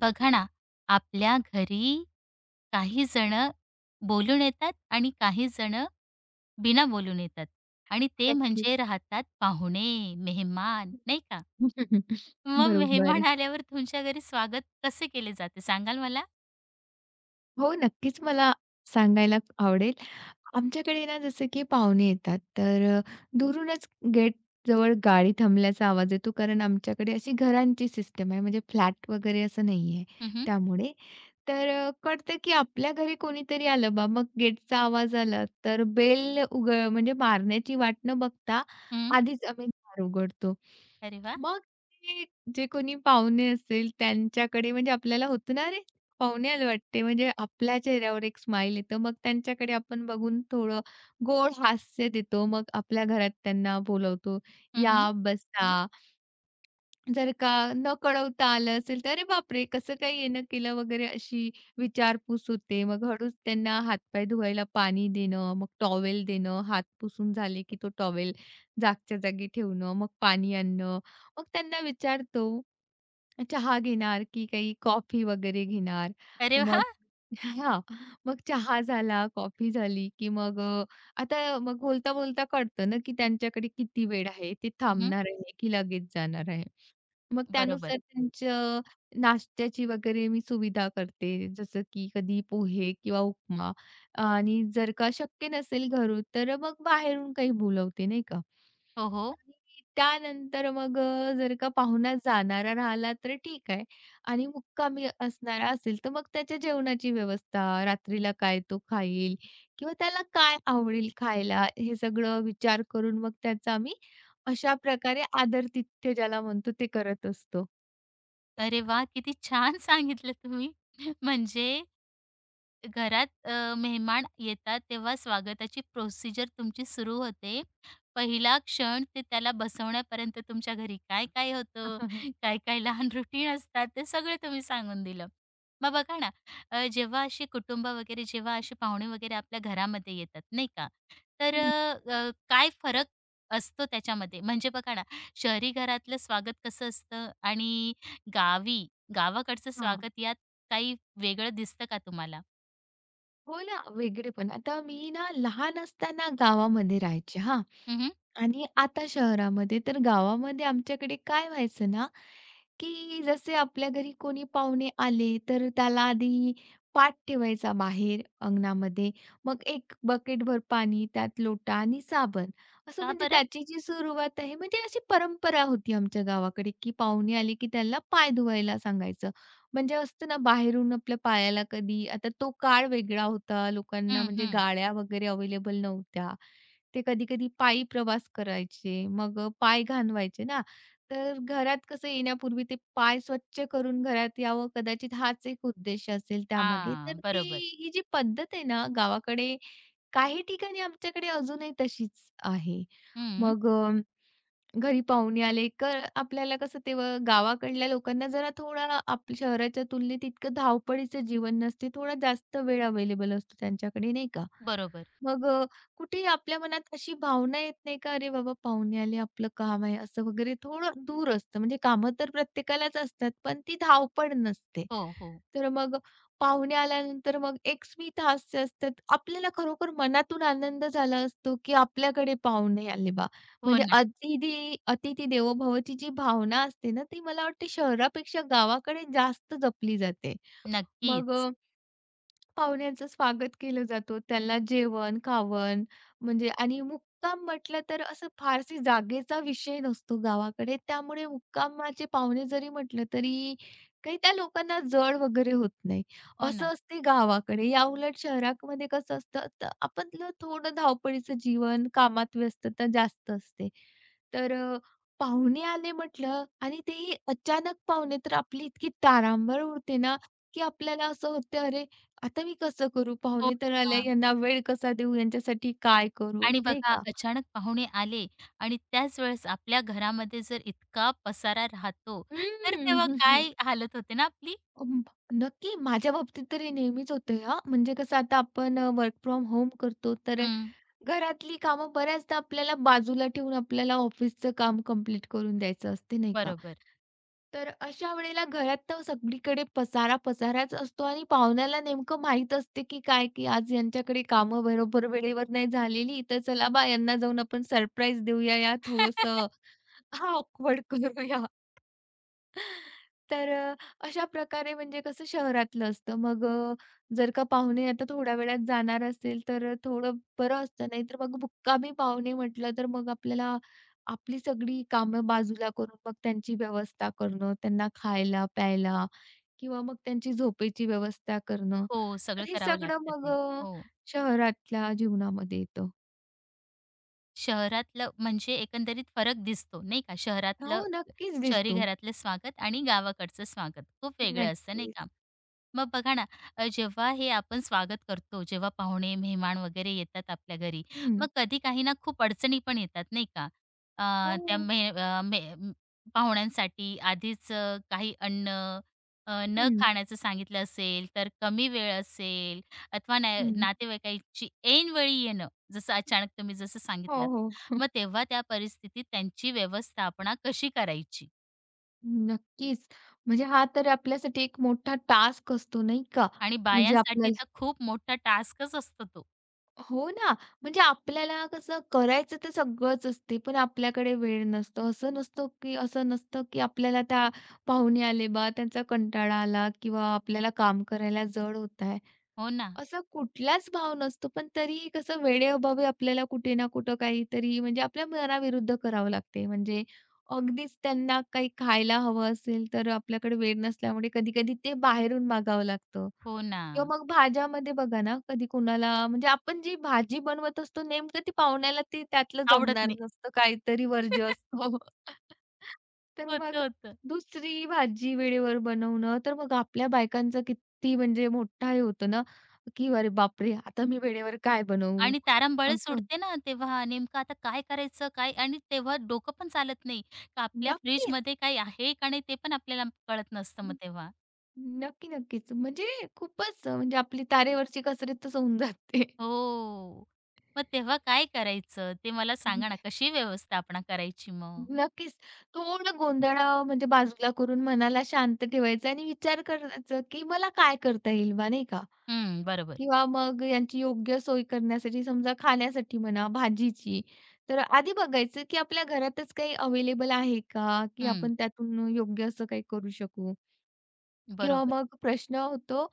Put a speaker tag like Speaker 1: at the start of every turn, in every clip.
Speaker 1: बघा ना, आपल्या घरी काही जण बोलून येतात आणि काही जण बिना बोलून येतात आणि ते
Speaker 2: नक्कीच.
Speaker 1: म्हणजे राहतात पाहुणे, मेहमान, नाही का? मग मेहमान
Speaker 2: बरोबर.
Speaker 1: आल्यावर तुमच्या घरी स्वागत कसे केले जाते सांगाल मला?
Speaker 2: हो, नक्कीच मला सांगायला आवडेल. आमच्याकडे ना जसं की पाहुणे येतात, दुरूनच गेटजवळ गाडी थांबल्याचा आवाज येतो. कारण आमच्याकडे अशी घरांची सिस्टम आहे, म्हणजे फ्लॅट वगैरे असं नाहीये
Speaker 1: हं, हं.
Speaker 2: त्यामुळे. कळतं की आपल्या घरी कोणीतरी आलं बा. मग गेटचा आवाज आला, तर बेल उघ म्हणजे मारण्याची वाट न बघता
Speaker 1: हं.
Speaker 2: आधीच आम्ही दार उघडतो.
Speaker 1: अरे वाह!
Speaker 2: मग ते जे कोणी पाहुणे असेल त्यांच्याकडे म्हणजे आपल्याला होतं ना, पाहुण्याला वाटते. म्हणजे आपल्या चेहऱ्यावर एक स्माईल येतं. मग त्यांच्याकडे आपण बघून थोडं गोड हास्य देतो. मग आपल्या घरात त्यांना बोलवतो,
Speaker 1: हं,
Speaker 2: "या,
Speaker 1: हं.
Speaker 2: हं. बसा." जर का न कळवता आलं असेल तर "अरे बापरे! कसं काय येणं केलं?" वगैरे अशी विचारपूस होते. मग हळूच त्यांना हातपाय धुवायला पाणी देणं, मग टॉवेल देणं, हात पुसून झाले की तो टॉवेल जागच्या जागी ठेवणं, मग पाणी आणणं. मग त्यांना विचारतो चहा घेणार की काही कॉफी वगैरे घेणार?
Speaker 1: अरे
Speaker 2: मग
Speaker 1: वाह!
Speaker 2: हां, मग चहा झाला, कॉफी झाली, आता मग बोलता-बोलता कळतं ना, की त्यांच्याकडे किती वेळ आहे, ते
Speaker 1: हं,
Speaker 2: थांबणार आहे की लगेच जाणार आहे. मग
Speaker 1: बरोबर.
Speaker 2: त्यानुसार त्यांचं नाश्त्याची वगैरे मी सुविधा करते. जसं की कधी पोहे किंवा उपमा आणि जर का शक्य नसेल घरून, तर मग बाहेरून काही बोलवते, नाही का?
Speaker 1: हो, हो.
Speaker 2: आणि त्यानंतर जर का पाहुणा जाणारा राहिला तर ठीक आहे आणि मुक्कामी असणारा असेल, तर मग त्याच्या जेवणाची व्यवस्था, रात्रीला काय तो खाईल किंवा त्याला काय आवडेल खायला, हे सगळं विचार करून मग त्याचा आम्ही अशा प्रकारे आदरातिथ्य ज्याला म्हणतो ते करत असतो.
Speaker 1: अरे वाह! किती छान सांगितलं तुम्ही. म्हणजे घरात मेहमान येतात तेव्हा स्वागताची प्रोसिजर तुमची सुरू होते. पहिला क्षण ते त्याला बसवण्यापर्यंत तुमच्या घरी काय-काय होतं, काय-काय लहान रुटीन असतात, ते सगळं तुम्ही सांगून दिलं. मग बघा ना, जेव्हा अशी कुटुंब वगैरे जेव्हा असे पाहुणे वगैरे आपल्या घरामध्ये येतात, नाही का, तर
Speaker 2: हं.
Speaker 1: अ, अ, काय फरक असतो त्याच्यामध्ये? म्हणजे बघा ना, शहरी घरातलं स्वागत कसं असतं आणि गावी गावाकडचं
Speaker 2: हां.
Speaker 1: स्वागत यात काही वेगळं दिसतं का तुम्हाला?
Speaker 2: हो ना, वेगळेपण. आता मी ना लहान असताना गावामध्ये राहायचे हां.
Speaker 1: हं,
Speaker 2: आणि आता शहरामध्ये तर गावामध्ये आमच्याकडे काय व्हायचं ना, की जसे आपल्या घरी कोणी पाहुणे आले, तर त्याला आधी पाट ठेवायचा बाहेर अंगणामध्ये. मग 1 बकेटभर पाणी, त्यात लोटा आणि साबण. असं
Speaker 1: का
Speaker 2: म्हणजे
Speaker 1: बरं?
Speaker 2: त्याची जी सुरुवात आहे, म्हणजे अशी परंपरा होती आमच्या गावाकडे, की पाहुणे आले की त्याला पाय धुवायला सांगायचं. म्हणजे असतं ना बाहेरून आपल्या पायाला कधी आता तो काळ वेगळा होता. लोकांना
Speaker 1: हं,
Speaker 2: म्हणजे
Speaker 1: हं.
Speaker 2: गाड्या वगैरे अवेलेबल नव्हत्या. ते कधी-कधी पायी प्रवास करायचे. पाय घाणवायचे ना, तर घरात कसं येण्यापूर्वी ते पाय स्वच्छ करून घरात यावं कदाचित हाच एक उद्देश असेल त्यामागे. तर
Speaker 1: हां,
Speaker 2: ती
Speaker 1: बरोबर.
Speaker 2: ही जी पद्धत आहे ना गावाकडे काही ठिकाणी आमच्याकडे अजूनही तशीच आहे.
Speaker 1: हं,
Speaker 2: मग अ घरी पाहुणे आले तर आपल्याला कसं तेव्हा गावाकडल्या लोकांना जरा थोडा आप शहराच्या तुलनेत इतकं धावपळीचं जीवन नसते. थोडा जास्त वेळ अवेलेबल असतो त्यांच्याकडे नाही का?
Speaker 1: बरोबर.
Speaker 2: मग अ, कुठेही आपल्या मनात अशी भावना येत नाही का, "अरे बाबा पाहुणे आले, आपलं काम आहे," असं वगैरे थोडं दूर असतं. म्हणजे कामं तर प्रत्येकालाच असतात, पण ती धावपळ नसते.
Speaker 1: हो, हो.
Speaker 2: तर मग पाहुणे आल्यानंतर मग एक स्मितहास्य असतात. आपल्याला खरोखर मनातून आनंद झाला असतो, की आपल्याकडे पाहुणे आले बा
Speaker 1: हो
Speaker 2: म्हणजे
Speaker 1: ना.
Speaker 2: अतिथी अतिथी देवो भवची जी भावना असते ना, ती मला वाटते शहरापेक्षा गावाकडे जास्त जपली जाते. मग
Speaker 1: नक्कीच.
Speaker 2: पाहुण्यांचं स्वागत केलं जातो. त्याला जेवण, खावण म्हणजे आणि मुक्काम म्हटलं तर असं फारसी जागेचा विषय नसतो गावाकडे. त्यामुळे मुक्कामाचे पाहुणे जरी म्हटलं तरी काही त्या लोकांना जड वगैरे होत नाही.
Speaker 1: हो ना.
Speaker 2: असं असते गावाकडे. याउलट शहरामध्ये कसं असतं तर आपलं थोडं धावपळीचं जीवन, कामात व्यस्तता जास्त असते. तर अ, पाहुणे आले म्हटलं आणि तेही अचानक पाहुणे तर आपली इतकी तारांबळ उडते ना, की आपल्याला असं होतं, "अरे आता मी कसं करू?
Speaker 1: हो
Speaker 2: पाहुणे तर आले,
Speaker 1: ना.
Speaker 2: यांना वेळ कसा देऊ? यांच्यासाठी काय करू?
Speaker 1: आणि
Speaker 2: नाही
Speaker 1: बघा
Speaker 2: का?
Speaker 1: अचानक पाहुणे आले आणि त्याच वेळेस आपल्या घरामध्ये जर इतका पसारा राहतो, तर
Speaker 2: हम्म.
Speaker 1: तेव्हा
Speaker 2: हं, हं.
Speaker 1: काय हालत होते ना आपली?
Speaker 2: नक्की. माझ्या बाबतीत तर हे नेहमीच होतंय हां. म्हणजे कसं आता आपण वर्क फ्रॉम होम करतो, तर
Speaker 1: हं,
Speaker 2: घरातली कामं बऱ्याचदा आपल्याला बाजूला ठेवून आपल्याला ऑफिसचं काम कंप्लीट करून द्यायचं असते, नाही का?
Speaker 1: बरोबर.
Speaker 2: तर अशा वेळेला घरात तर सगळीकडे पसारा-पसाराच असतो आणि पाहुण्याला नेमकं माहीत असते, की काय, की आज यांच्याकडे कामं बरोबर वेळेवर नाही झालेली, तर चला बा यांना जाऊन आपण सरप्राईज देऊया, या थोडंसं ऑकवर्ड करूया. तर अ, अशा प्रकारे म्हणजे कसं शहरातलं असतं. जर का पाहुणे आता थोड्या वेळात जाणार असेल, तर थोडं बरं असतं. नाहीतर मग मुक्कामी पाहुणे म्हटलं, तर मग आपल्याला आपली सगळी कामं बाजूला करून मग त्यांची व्यवस्था करणं, त्यांना खायला, प्यायला किंवा मग त्यांची झोपेची व्यवस्था करणं.
Speaker 1: हो, सगळं
Speaker 2: तर हे
Speaker 1: करावं
Speaker 2: सगळं
Speaker 1: लागतं
Speaker 2: मग
Speaker 1: ते.
Speaker 2: अ,
Speaker 1: हो.
Speaker 2: शहरातल्या जीवनामध्ये येतं.
Speaker 1: शहरातलं म्हणजे एकंदरीत फरक दिसतो, नाही का?
Speaker 2: हो,
Speaker 1: शहरातलं
Speaker 2: नक्कीच
Speaker 1: शहरी
Speaker 2: दिसतो.
Speaker 1: घरातलं स्वागत आणि गावाकडचं स्वागत खूप वेगळं असतं, नाही का?
Speaker 2: नक्कीच.
Speaker 1: मग बघा ना, जेव्हा हे आपण स्वागत करतो, जेव्हा पाहुणे, मेहमान वगैरे येतात आपल्या घरी, मग
Speaker 2: हं.
Speaker 1: कधी काही ना खूप अडचणी पण येतात नाही का? अ, त्या
Speaker 2: हो.
Speaker 1: मे अ, मे म- पाहुण्यांसाठी आधीच काही अन्न न
Speaker 2: हं,
Speaker 1: खाण्याचं सांगितलं असेल, तर कमी वेळ असेल अथवा नाय
Speaker 2: हं.
Speaker 1: नातेवाईकांची ऐनवेळी येणं, जसं अचानक तुम्ही जसं
Speaker 2: हो,
Speaker 1: सांगितलं.
Speaker 2: हो.
Speaker 1: मग तेव्हा त्या परिस्थितीत त्यांची व्यवस्थापना कशी करायची?
Speaker 2: नक्कीच. म्हणजे हा तर आपल्यासाठी एक मोठा टास्क असतो नाही का?
Speaker 1: आणि
Speaker 2: म्हणजे
Speaker 1: बायांसाठी तर
Speaker 2: आपल्याला
Speaker 1: खूप मोठा टास्कच असतो तो.
Speaker 2: हो ना, म्हणजे आपल्याला कसं करायचं तर सगळंच असते, पण आपल्याकडे वेळ नसतो. असं नसतं की आपल्याला त्या पाहुणे आले बा, त्यांचा कंटाळा आला किंवा आपल्याला काम करायला जड होत
Speaker 1: हो ना.
Speaker 2: असा कुठलाच भाव नसतो, पण तरीही कसं वेळेअभावी आपल्याला कुठे ना कुठं काहीतरी म्हणजे आपल्या मनाविरुद्ध करावं लागते. म्हणजे अगदीच त्यांना काही खायला हवं असेल, तर आपल्याकडे वेळ नसल्यामुळे कधी-कधी ते बाहेरून मागावं लागतं.
Speaker 1: हो ना,
Speaker 2: किंवा मग भाज्यामध्ये बघा ना, कधी कुणाला म्हणजे आपण जी भाजी बनवत असतो नेमकं ती पाहुण्याला ती त्यातलं
Speaker 1: आवडत
Speaker 2: जमणार
Speaker 1: नाही.
Speaker 2: नसतं, काहीतरी वर्ज्य असतो. तर
Speaker 1: होतं,
Speaker 2: मग
Speaker 1: होतं.
Speaker 2: दुसरी भाजी वेळेवर बनवणं, तर मग आपल्या बायकांचा किती म्हणजे मोठा हे होतं ना, की "अरे बापरे! आता मी वेळेवर काय बनवू?"
Speaker 1: आणि तारांबळच
Speaker 2: असं.
Speaker 1: उडते ना तेव्हा नेमकं आता काय करायचं काय आणि तेव्हा डोकं पण चालत नाही. का आपल्या
Speaker 2: नक्कीच.
Speaker 1: फ्रिजमध्ये काही आहे का नाही ते पण आपल्याला कळत नसतं मग
Speaker 2: हं,
Speaker 1: तेव्हा.
Speaker 2: नक्कीच. म्हणजे खूपच म्हणजे आपली तारेवरची कसरतच होऊन जाते.
Speaker 1: हो. मग तेव्हा काय करायचं ते मला सांगा ना कशी व्यवस्थापना करायची मग?
Speaker 2: नक्कीच. थोडं गोंधळ म्हणजे बाजूला करून मनाला शांत ठेवायचं आणि विचार करायचं, की मला काय करता येईल बा, नाही का?
Speaker 1: हं, बरोबर.
Speaker 2: किंवा मग यांची योग्य सोय करण्यासाठी समजा खाण्यासाठी म्हणा भाजीची, तर आधी बघायचं, की आपल्या घरातच काही अवेलेबल आहे का? की
Speaker 1: हं,
Speaker 2: आपण त्यातून योग्य असं काही करू शकू? किंवा
Speaker 1: बरोबर.
Speaker 2: मग प्रश्न होतो,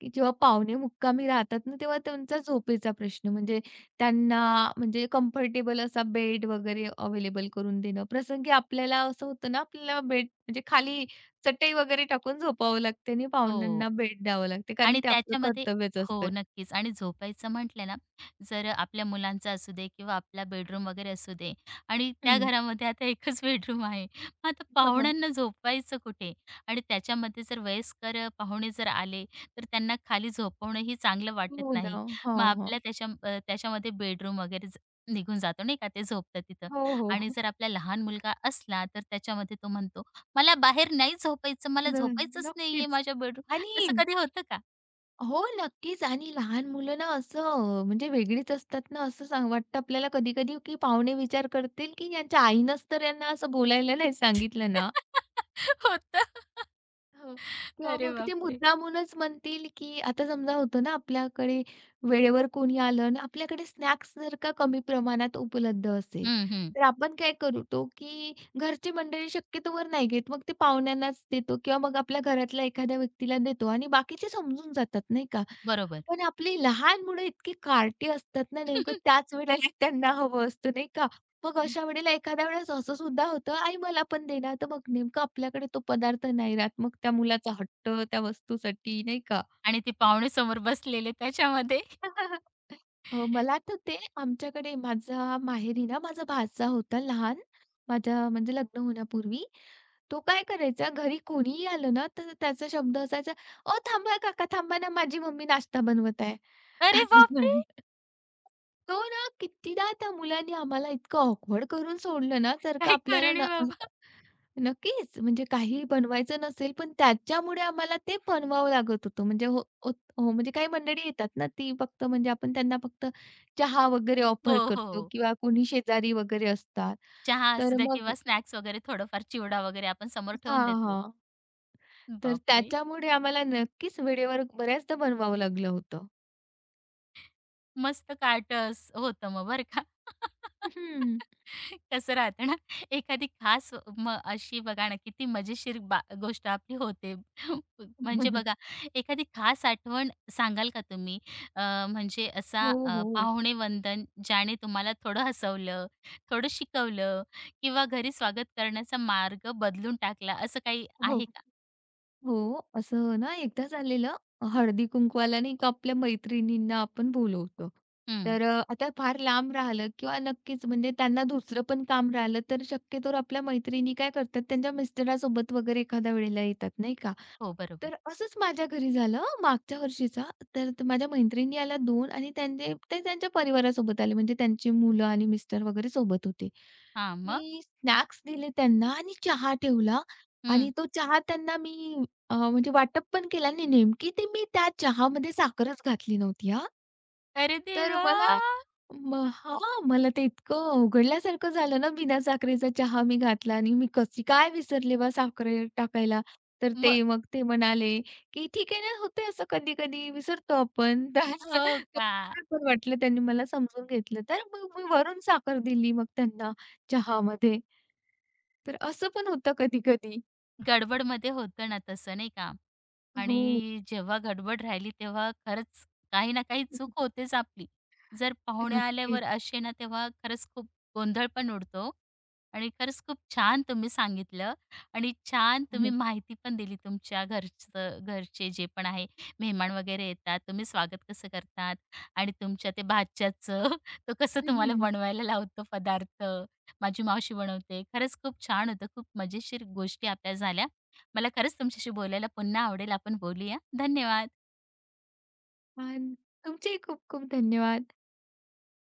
Speaker 2: की जेव्हा पाहुणे मुक्कामी राहतात ना, तेव्हा त्यांचा झोपेचा प्रश्न. म्हणजे त्यांना म्हणजे कम्फर्टेबल असा बेड वगैरे अवेलेबल करून देणं. प्रसंगी आपल्याला असं होतं ना, आपल्याला बेड म्हणजे खाली चटई वगैरे टाकून झोपावं लागते आणि
Speaker 1: हो.
Speaker 2: पाहुण्यांना बेड द्यावं लागते, कारण
Speaker 1: आणि
Speaker 2: ते आपलं
Speaker 1: त्याच्यामध्ये
Speaker 2: कर्तव्यच
Speaker 1: हो,
Speaker 2: असतं.
Speaker 1: नक्कीच. आणि झोपायचं म्हटलं ना, जर आपल्या मुलांचा असू दे किंवा आपला बेडरूम वगैरे असू दे आणि त्या
Speaker 2: हं.
Speaker 1: घरामध्ये आता एकच बेडरूम आहे. मग आता पाहुण्यांना झोपवायचं कुठे? आणि त्याच्यामध्ये जर वयस्कर पाहुणे जर आले, तर त्यांना खाली झोपवणंही चांगलं वाटत
Speaker 2: हो ना.
Speaker 1: नाही.
Speaker 2: हो,
Speaker 1: मग
Speaker 2: हो.
Speaker 1: आपल्या त्याच्या त्याच्यामध्ये बेडरूम वगैरे निघून जातो नाही का, ते झोपतात तिथं.
Speaker 2: हो,
Speaker 1: आणि
Speaker 2: हो.
Speaker 1: जर आपला लहान मुलगा असला, तर त्याच्यामध्ये तो म्हणतो, "मला बाहेर नाही झोपायचं, मला
Speaker 2: न
Speaker 1: झोपायचंच नाहीये
Speaker 2: नक्कीच.
Speaker 1: माझ्या
Speaker 2: आणि
Speaker 1: बेडरूम" असं कधी होतं का?
Speaker 2: हो, नक्कीच, आणि लहान मुलं ना म्हणजे वेगळीच असतात ना, असं सांग वाटतं आपल्याला कधी-कधी की पाहुणे विचार करतील की यांच्या आईनंच तर यांना असं बोलायला नाही सांगितलं ना,
Speaker 1: होतं.
Speaker 2: हो. किंवा
Speaker 1: अरे
Speaker 2: मग ते
Speaker 1: बापरे!
Speaker 2: मुद्दामूनच म्हणतील, की आता समजा होतं ना आपल्याकडे वेळेवर कोणी आलं आणि आपल्याकडे स्नॅक्स जर का कमी प्रमाणात उपलब्ध असेल,
Speaker 1: हं, हं.
Speaker 2: तर आपण काय करतो, की घरची मंडळी शक्यतोवर नाही घेत. मग ते पाहुण्यांनाच देतो किंवा मग आपल्या घरातल्या एखाद्या व्यक्तीला देतो आणि बाकीचे समजून जातात नाही का.
Speaker 1: बरोबर.
Speaker 2: पण आपली लहान मुलं इतकी कार्टी असतात ना, नेमकं त्याच वेळेला त्यांना हवं असतं नाही का. मग
Speaker 1: हं.
Speaker 2: अशा वेळेला एखाद्या वेळेस असं सुद्धा होतं, "आई मला पण दे ना." तर मग नेमकं आपल्याकडे तो पदार्थ नाही राहत. मग त्या मुलाचा हट्ट त्या वस्तूसाठी नाही का?
Speaker 1: आणि ते पाहुणे समोर बसलेले त्याच्यामध्ये
Speaker 2: मला आठवते आमच्याकडे माझा माहेरी ना माझा भाचा होता लहान. माझ्या म्हणजे लग्न होण्यापूर्वी. तो काय करायचा घरी कोणीही आलं ना, तर त्याचा शब्द असायचा, "ओ थांबा काका, थांबा ना माझी मम्मी नाश्ता बनवत आहे."
Speaker 1: अरे बापरे!
Speaker 2: तो ना कितीदा त्या मुलाने आम्हाला इतकं ऑकवर्ड करून सोडलं ना, जर का
Speaker 1: काय
Speaker 2: आपल्याला
Speaker 1: करून आहे
Speaker 2: न
Speaker 1: बाबा.
Speaker 2: नक्कीच. म्हणजे काहीही बनवायचं नसेल, पण त्याच्यामुळे आम्हाला ते बनवावं लागत होतं. म्हणजे म्हणजे काही मंडळी येतात ना, ती फक्त म्हणजे आपण त्यांना फक्त चहा वगैरे
Speaker 1: हो,
Speaker 2: ऑफर
Speaker 1: हो.
Speaker 2: करतो किंवा कोणी शेजारी वगैरे असतात.
Speaker 1: चहा असू
Speaker 2: तर
Speaker 1: द्या
Speaker 2: मग
Speaker 1: किंवा स्नॅक्स वगैरे थोडंफार चिवडा वगैरे आपण समोर ठेवून
Speaker 2: हां,
Speaker 1: देतो.
Speaker 2: हां. तर
Speaker 1: बापरे!
Speaker 2: त्याच्यामुळे आम्हाला नक्कीच वेळेवर बऱ्याचदा बनवावं लागलं होतं.
Speaker 1: मस्त कार्टस होतं मग बरं का.
Speaker 2: हं,
Speaker 1: कसं राहतं ना, एखादी खास मग अशी बघा ना, किती मजेशीर बा गोष्ट आपली होते. म्हणजे बघा, एखादी खास आठवण सांगाल का तुम्ही? अ, म्हणजे असा
Speaker 2: हो, हो.
Speaker 1: पाहुणे वंदन ज्याने तुम्हाला थोडं हसवलं, थोडं शिकवलं किंवा घरी स्वागत करण्याचा मार्ग बदलून टाकला, असं काही
Speaker 2: हो.
Speaker 1: आहे का?
Speaker 2: हो, असं ना एकदा झालेलं हळदी-कुंकवाला नाही का आपल्या मैत्रिणींना आपण बोलवतो.
Speaker 1: हं.
Speaker 2: आता फार लांब राहिलं किंवा नक्कीच म्हणजे त्यांना दुसरं पण काम राहिलं तर शक्यतोवर आपल्या मैत्रिणी काय करतात त्यांच्या मिस्टरासोबत वगैरे एखाद्या वेळेला येतात नाही का.
Speaker 1: हो, बरोबर.
Speaker 2: तर असंच माझ्या घरी झालं मागच्या वर्षीचा तर माझ्या मैत्रिणी आल्या 2 आणि त्यांचे ते त्यांच्या परिवारासोबत आले म्हणजे त्यांची मुलं आणि मिस्टर वगैरे सोबत होते.
Speaker 1: हां, मग?
Speaker 2: मी स्नॅक्स दिले त्यांना आणि चहा ठेवला
Speaker 1: हं.
Speaker 2: आणि तो चहा त्यांना मी म्हणजे वाटप पण केलं आणि नेमकी ते मी त्या चहामध्ये साखरच घातली नव्हती हां.
Speaker 1: अरे
Speaker 2: तर
Speaker 1: देवा!
Speaker 2: मला म हां, मला ते इतकं अवघडल्यासारखं झालं ना, बिना साखरेचा चहा मी घातला आणि मी कशी काय विसरले बा साखर टाकायला. तर ते
Speaker 1: मग
Speaker 2: मग ते म्हणाले, की "ठीक आहे ना, होते असं कधी-कधी विसरतो आपण."
Speaker 1: हो का?
Speaker 2: तर पण वाटलं त्यांनी मला समजून घेतलं. तर मग मी वरून साखर दिली मग त्यांना चहामध्ये. तर असं पण होतं कधी-कधी.
Speaker 1: गडबडमध्ये होतं ना तसं, नाही का?
Speaker 2: हो.
Speaker 1: आणि जेव्हा गडबड राहिली तेव्हा खरंच काही ना काही चूक होतेच आपली. जर पाहुणे
Speaker 2: नक्कीच.
Speaker 1: आल्यावर असे ना तेव्हा खरंच खूप गोंधळ पण उडतो हो. आणि खरंच खूप छान तुम्ही सांगितलं आणि छान तुम्ही माहिती पण दिली तुमच्या घरचं घरचे जे पण आहे मेहमान वगैरे येतात, तुम्ही स्वागत कसं करतात आणि तुमच्या ते भाच्याचं तो कसं
Speaker 2: हं,
Speaker 1: तुम्हाला
Speaker 2: हं.
Speaker 1: बनवायला लावतो पदार्थ. माझी मावशी बनवते. खरंच खूप छान होतं. खूप मजेशीर गोष्टी आपल्या झाल्या. मला खरंच तुमच्याशी बोलायला पुन्हा आवडेल. आपण बोलूया. धन्यवाद.
Speaker 2: पण खूप खूप धन्यवाद.